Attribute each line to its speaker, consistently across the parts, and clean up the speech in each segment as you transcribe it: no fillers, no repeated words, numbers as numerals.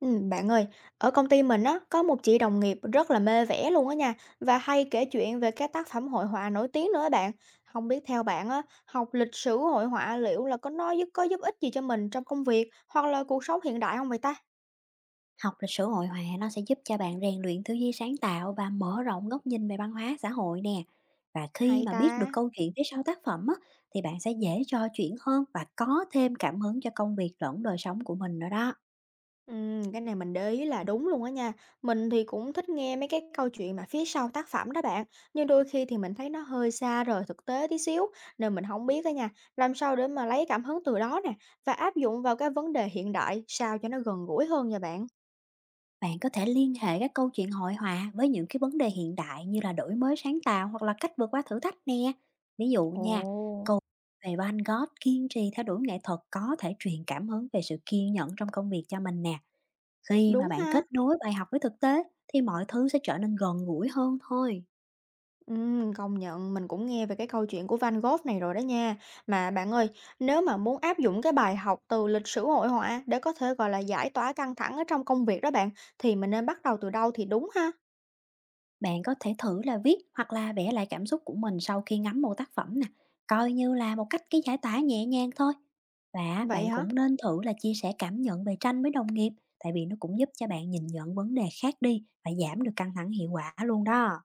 Speaker 1: Bạn ơi, ở công ty mình á, có một chị đồng nghiệp rất là mê vẽ luôn á nha và hay kể chuyện về các tác phẩm hội họa nổi tiếng nữa á bạn. Không biết theo bạn á, học lịch sử hội họa liệu là có giúp ích gì cho mình trong công việc hoặc là cuộc sống hiện đại không vậy ta?
Speaker 2: Học lịch sử hội họa nó sẽ giúp cho bạn rèn luyện tư duy sáng tạo và mở rộng góc nhìn về văn hóa xã hội nè. Và khi
Speaker 1: Hay
Speaker 2: mà biết được
Speaker 1: ta?
Speaker 2: câu chuyện phía sau tác phẩm á, thì bạn sẽ dễ trò chuyện hơn và có thêm cảm hứng cho công việc lẫn đời sống của mình nữa đó.
Speaker 1: Cái này mình để ý là đúng luôn á nha. Mình thì cũng thích nghe mấy cái câu chuyện mà phía sau tác phẩm đó bạn, nhưng đôi khi thì mình thấy nó hơi xa rời thực tế tí xíu nên mình không biết á nha, làm sao để mà lấy cảm hứng từ đó nè và áp dụng vào cái vấn đề hiện đại sao cho nó gần gũi hơn nha bạn?
Speaker 2: Bạn có thể liên hệ các câu chuyện hội họa với những cái vấn đề hiện đại như là đổi mới sáng tạo hoặc là cách vượt qua thử thách nè. Ví dụ
Speaker 1: Ồ.
Speaker 2: nha, câu về Van Gogh kiên trì theo đuổi nghệ thuật có thể truyền cảm hứng về sự kiên nhẫn trong công việc cho mình nè. Khi mà
Speaker 1: Đúng
Speaker 2: bạn
Speaker 1: ha?
Speaker 2: kết nối bài học với thực tế thì mọi thứ sẽ trở nên gần gũi hơn thôi.
Speaker 1: Công nhận, mình cũng nghe về cái câu chuyện của Van Gogh này rồi đó nha. Mà bạn ơi, nếu mà muốn áp dụng cái bài học từ lịch sử hội họa để có thể, gọi là, giải tỏa căng thẳng ở trong công việc đó bạn, thì mình nên bắt đầu từ đâu thì đúng ha?
Speaker 2: Bạn có thể thử là viết hoặc là vẽ lại cảm xúc của mình sau khi ngắm một tác phẩm nè, coi như là một cách cái giải tỏa nhẹ nhàng thôi. Và
Speaker 1: Vậy
Speaker 2: bạn
Speaker 1: hả?
Speaker 2: cũng nên thử là chia sẻ cảm nhận về tranh với đồng nghiệp, tại vì nó cũng giúp cho bạn nhìn nhận vấn đề khác đi và giảm được căng thẳng hiệu quả luôn đó.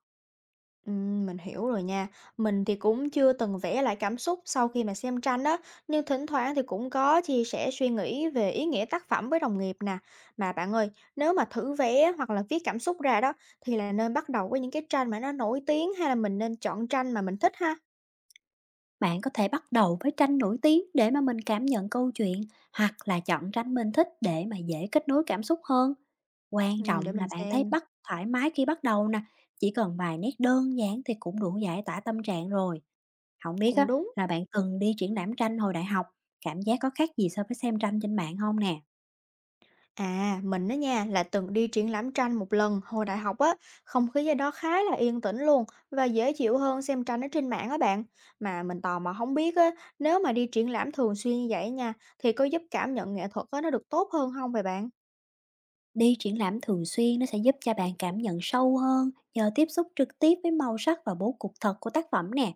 Speaker 1: Mình hiểu rồi nha. Mình thì cũng chưa từng vẽ lại cảm xúc sau khi mà xem tranh đó nhưng thỉnh thoảng thì cũng có chia sẻ suy nghĩ về ý nghĩa tác phẩm với đồng nghiệp nè. Mà bạn ơi, nếu mà thử vẽ hoặc là viết cảm xúc ra đó, thì là nên bắt đầu với những cái tranh mà nó nổi tiếng hay là mình nên chọn tranh mà mình thích ha?
Speaker 2: Bạn có thể bắt đầu với tranh nổi tiếng để mà mình cảm nhận câu chuyện, hoặc là chọn tranh mình thích để mà dễ kết nối cảm xúc hơn. Quan
Speaker 1: Để
Speaker 2: trọng là
Speaker 1: mình
Speaker 2: bạn thấy
Speaker 1: xem.
Speaker 2: bắt thoải mái khi bắt đầu nè, chỉ cần vài nét đơn giản thì cũng đủ giải tỏa tâm trạng rồi. Không biết á,
Speaker 1: Cũng đúng.
Speaker 2: là bạn từng đi triển lãm tranh hồi đại học, cảm giác có khác gì so với xem tranh trên mạng không nè?
Speaker 1: À, mình đó nha là từng đi triển lãm tranh một lần hồi đại học á, không khí ở đó khá là yên tĩnh luôn và dễ chịu hơn xem tranh ở trên mạng á bạn. Mà mình tò mò không biết á, nếu mà đi triển lãm thường xuyên như vậy nha, thì có giúp cảm nhận nghệ thuật á nó được tốt hơn không vậy bạn?
Speaker 2: Đi triển lãm thường xuyên nó sẽ giúp cho bạn cảm nhận sâu hơn nhờ tiếp xúc trực tiếp với màu sắc và bố cục thật của tác phẩm nè.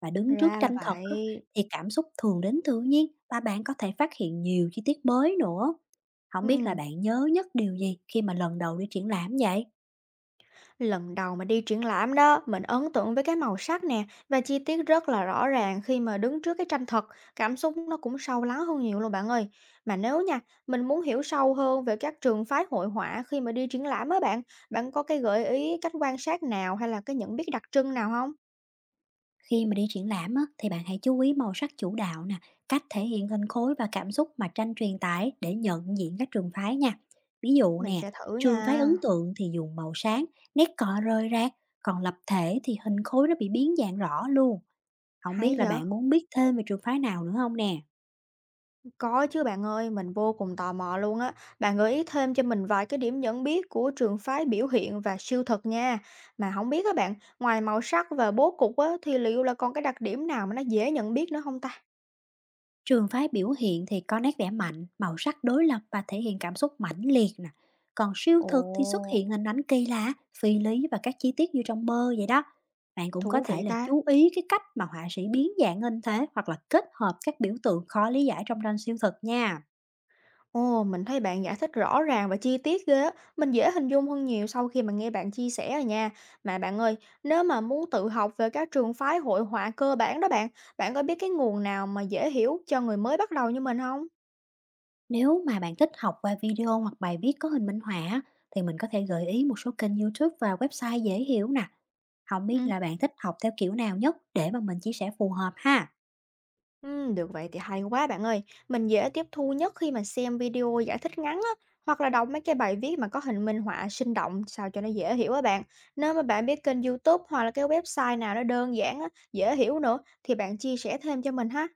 Speaker 2: Và đứng trước
Speaker 1: Ra là
Speaker 2: tranh thật á,
Speaker 1: vậy.
Speaker 2: thì cảm xúc thường đến tự nhiên và bạn có thể phát hiện nhiều chi tiết mới nữa. Không biết là
Speaker 1: Ừ.
Speaker 2: bạn nhớ nhất điều gì khi mà lần đầu đi triển lãm vậy?
Speaker 1: Lần đầu mà đi triển lãm đó, mình ấn tượng với cái màu sắc nè và chi tiết rất là rõ ràng khi mà đứng trước cái tranh thật, cảm xúc nó cũng sâu lắng hơn nhiều luôn bạn ơi. Mà nếu nha, mình muốn hiểu sâu hơn về các trường phái hội họa khi mà đi triển lãm á bạn, bạn có cái gợi ý cách quan sát nào hay là cái nhận biết đặc trưng nào không?
Speaker 2: Khi mà đi triển lãm á, thì bạn hãy chú ý màu sắc chủ đạo nè, cách thể hiện hình khối và cảm xúc mà tranh truyền tải để nhận diện các trường phái nha. Ví dụ
Speaker 1: Mình
Speaker 2: nè,
Speaker 1: sẽ thử
Speaker 2: trường phái
Speaker 1: nha.
Speaker 2: ấn tượng thì dùng màu sáng, nét cọ rơi ra, còn lập thể thì hình khối nó bị biến dạng rõ luôn. Không
Speaker 1: Hay
Speaker 2: biết là
Speaker 1: vậy.
Speaker 2: bạn muốn biết thêm về trường phái nào nữa không nè?
Speaker 1: Có chứ bạn ơi, mình vô cùng tò mò luôn á. Bạn gợi ý thêm cho mình vài cái điểm nhận biết của trường phái biểu hiện và siêu thực nha. Mà không biết các bạn, ngoài màu sắc và bố cục á, thì liệu là còn cái đặc điểm nào mà nó dễ nhận biết nữa không ta?
Speaker 2: Trường phái biểu hiện thì có nét vẽ mạnh, màu sắc đối lập và thể hiện cảm xúc mãnh liệt nè. Còn siêu
Speaker 1: Ồ.
Speaker 2: thực thì xuất hiện hình ảnh kỳ lạ, phi lý và các chi tiết như trong mơ vậy đó. Bạn cũng có
Speaker 1: Thú
Speaker 2: thể
Speaker 1: vị
Speaker 2: là
Speaker 1: ta.
Speaker 2: chú ý cái cách mà họa sĩ biến dạng hình thế hoặc là kết hợp các biểu tượng khó lý giải trong tranh siêu thực nha.
Speaker 1: Ồ, mình thấy bạn giải thích rõ ràng và chi tiết ghê á. Mình dễ hình dung hơn nhiều sau khi mà nghe bạn chia sẻ rồi nha. Mà bạn ơi, nếu mà muốn tự học về các trường phái hội họa cơ bản đó bạn, bạn có biết cái nguồn nào mà dễ hiểu cho người mới bắt đầu như mình không?
Speaker 2: Nếu mà bạn thích học qua video hoặc bài viết có hình minh họa thì mình có thể gợi ý một số kênh YouTube và website dễ hiểu nè. Không
Speaker 1: Ừ.
Speaker 2: biết là bạn thích học theo kiểu nào nhất để mà mình chia sẻ phù hợp ha.
Speaker 1: Được vậy thì hay quá bạn ơi. Mình dễ tiếp thu nhất khi mà xem video giải thích ngắn á, hoặc là đọc mấy cái bài viết mà có hình minh họa sinh động sao cho nó dễ hiểu á bạn. Nếu mà bạn biết kênh YouTube hoặc là cái website nào nó đơn giản á, dễ hiểu nữa thì bạn chia sẻ thêm cho mình ha.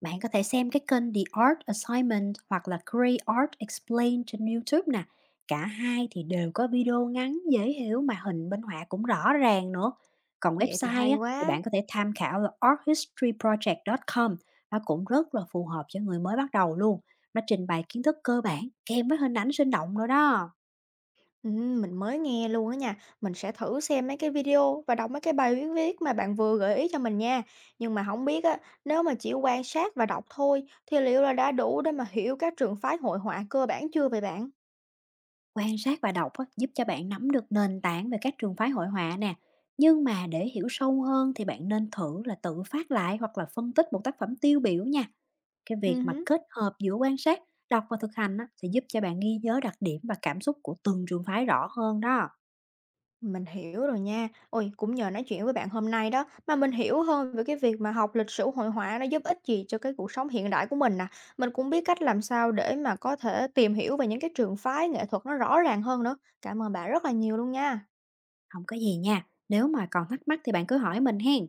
Speaker 2: Bạn có thể xem cái kênh The Art Assignment hoặc là Create Art Explained trên YouTube nè. Cả hai thì đều có video ngắn dễ hiểu mà hình minh họa cũng rõ ràng nữa. Còn
Speaker 1: Vậy thì
Speaker 2: website
Speaker 1: hay
Speaker 2: á, thì
Speaker 1: quá.
Speaker 2: bạn có thể tham khảo là arthistoryproject.com, nó cũng rất là phù hợp cho người mới bắt đầu luôn. Nó trình bày kiến thức cơ bản kèm với hình ảnh sinh động nữa đó.
Speaker 1: Mình mới nghe luôn á nha. Mình sẽ thử xem mấy cái video và đọc mấy cái bài viết viết mà bạn vừa gợi ý cho mình nha. Nhưng mà không biết á, nếu mà chỉ quan sát và đọc thôi thì liệu là đã đủ để mà hiểu các trường phái hội họa cơ bản chưa vậy bạn?
Speaker 2: Quan sát và đọc á, giúp cho bạn nắm được nền tảng về các trường phái hội họa nè. Nhưng mà để hiểu sâu hơn thì bạn nên thử là tự phát lại hoặc là phân tích một tác phẩm tiêu biểu nha. Cái việc mà
Speaker 1: Hứm,
Speaker 2: kết hợp giữa quan sát, đọc và thực hành á, sẽ giúp cho bạn ghi nhớ đặc điểm và cảm xúc của từng trường phái rõ hơn đó.
Speaker 1: mình hiểu rồi nha. Ôi, cũng nhờ nói chuyện với bạn hôm nay đó mà mình hiểu hơn về cái việc mà học lịch sử hội họa nó giúp ích gì cho cái cuộc sống hiện đại của mình nè. Mình cũng biết cách làm sao để mà có thể tìm hiểu về những cái trường phái nghệ thuật nó rõ ràng hơn nữa. Cảm ơn bạn rất là nhiều luôn nha.
Speaker 2: Không có gì nha. Nếu mà còn thắc mắc thì bạn cứ hỏi mình hen.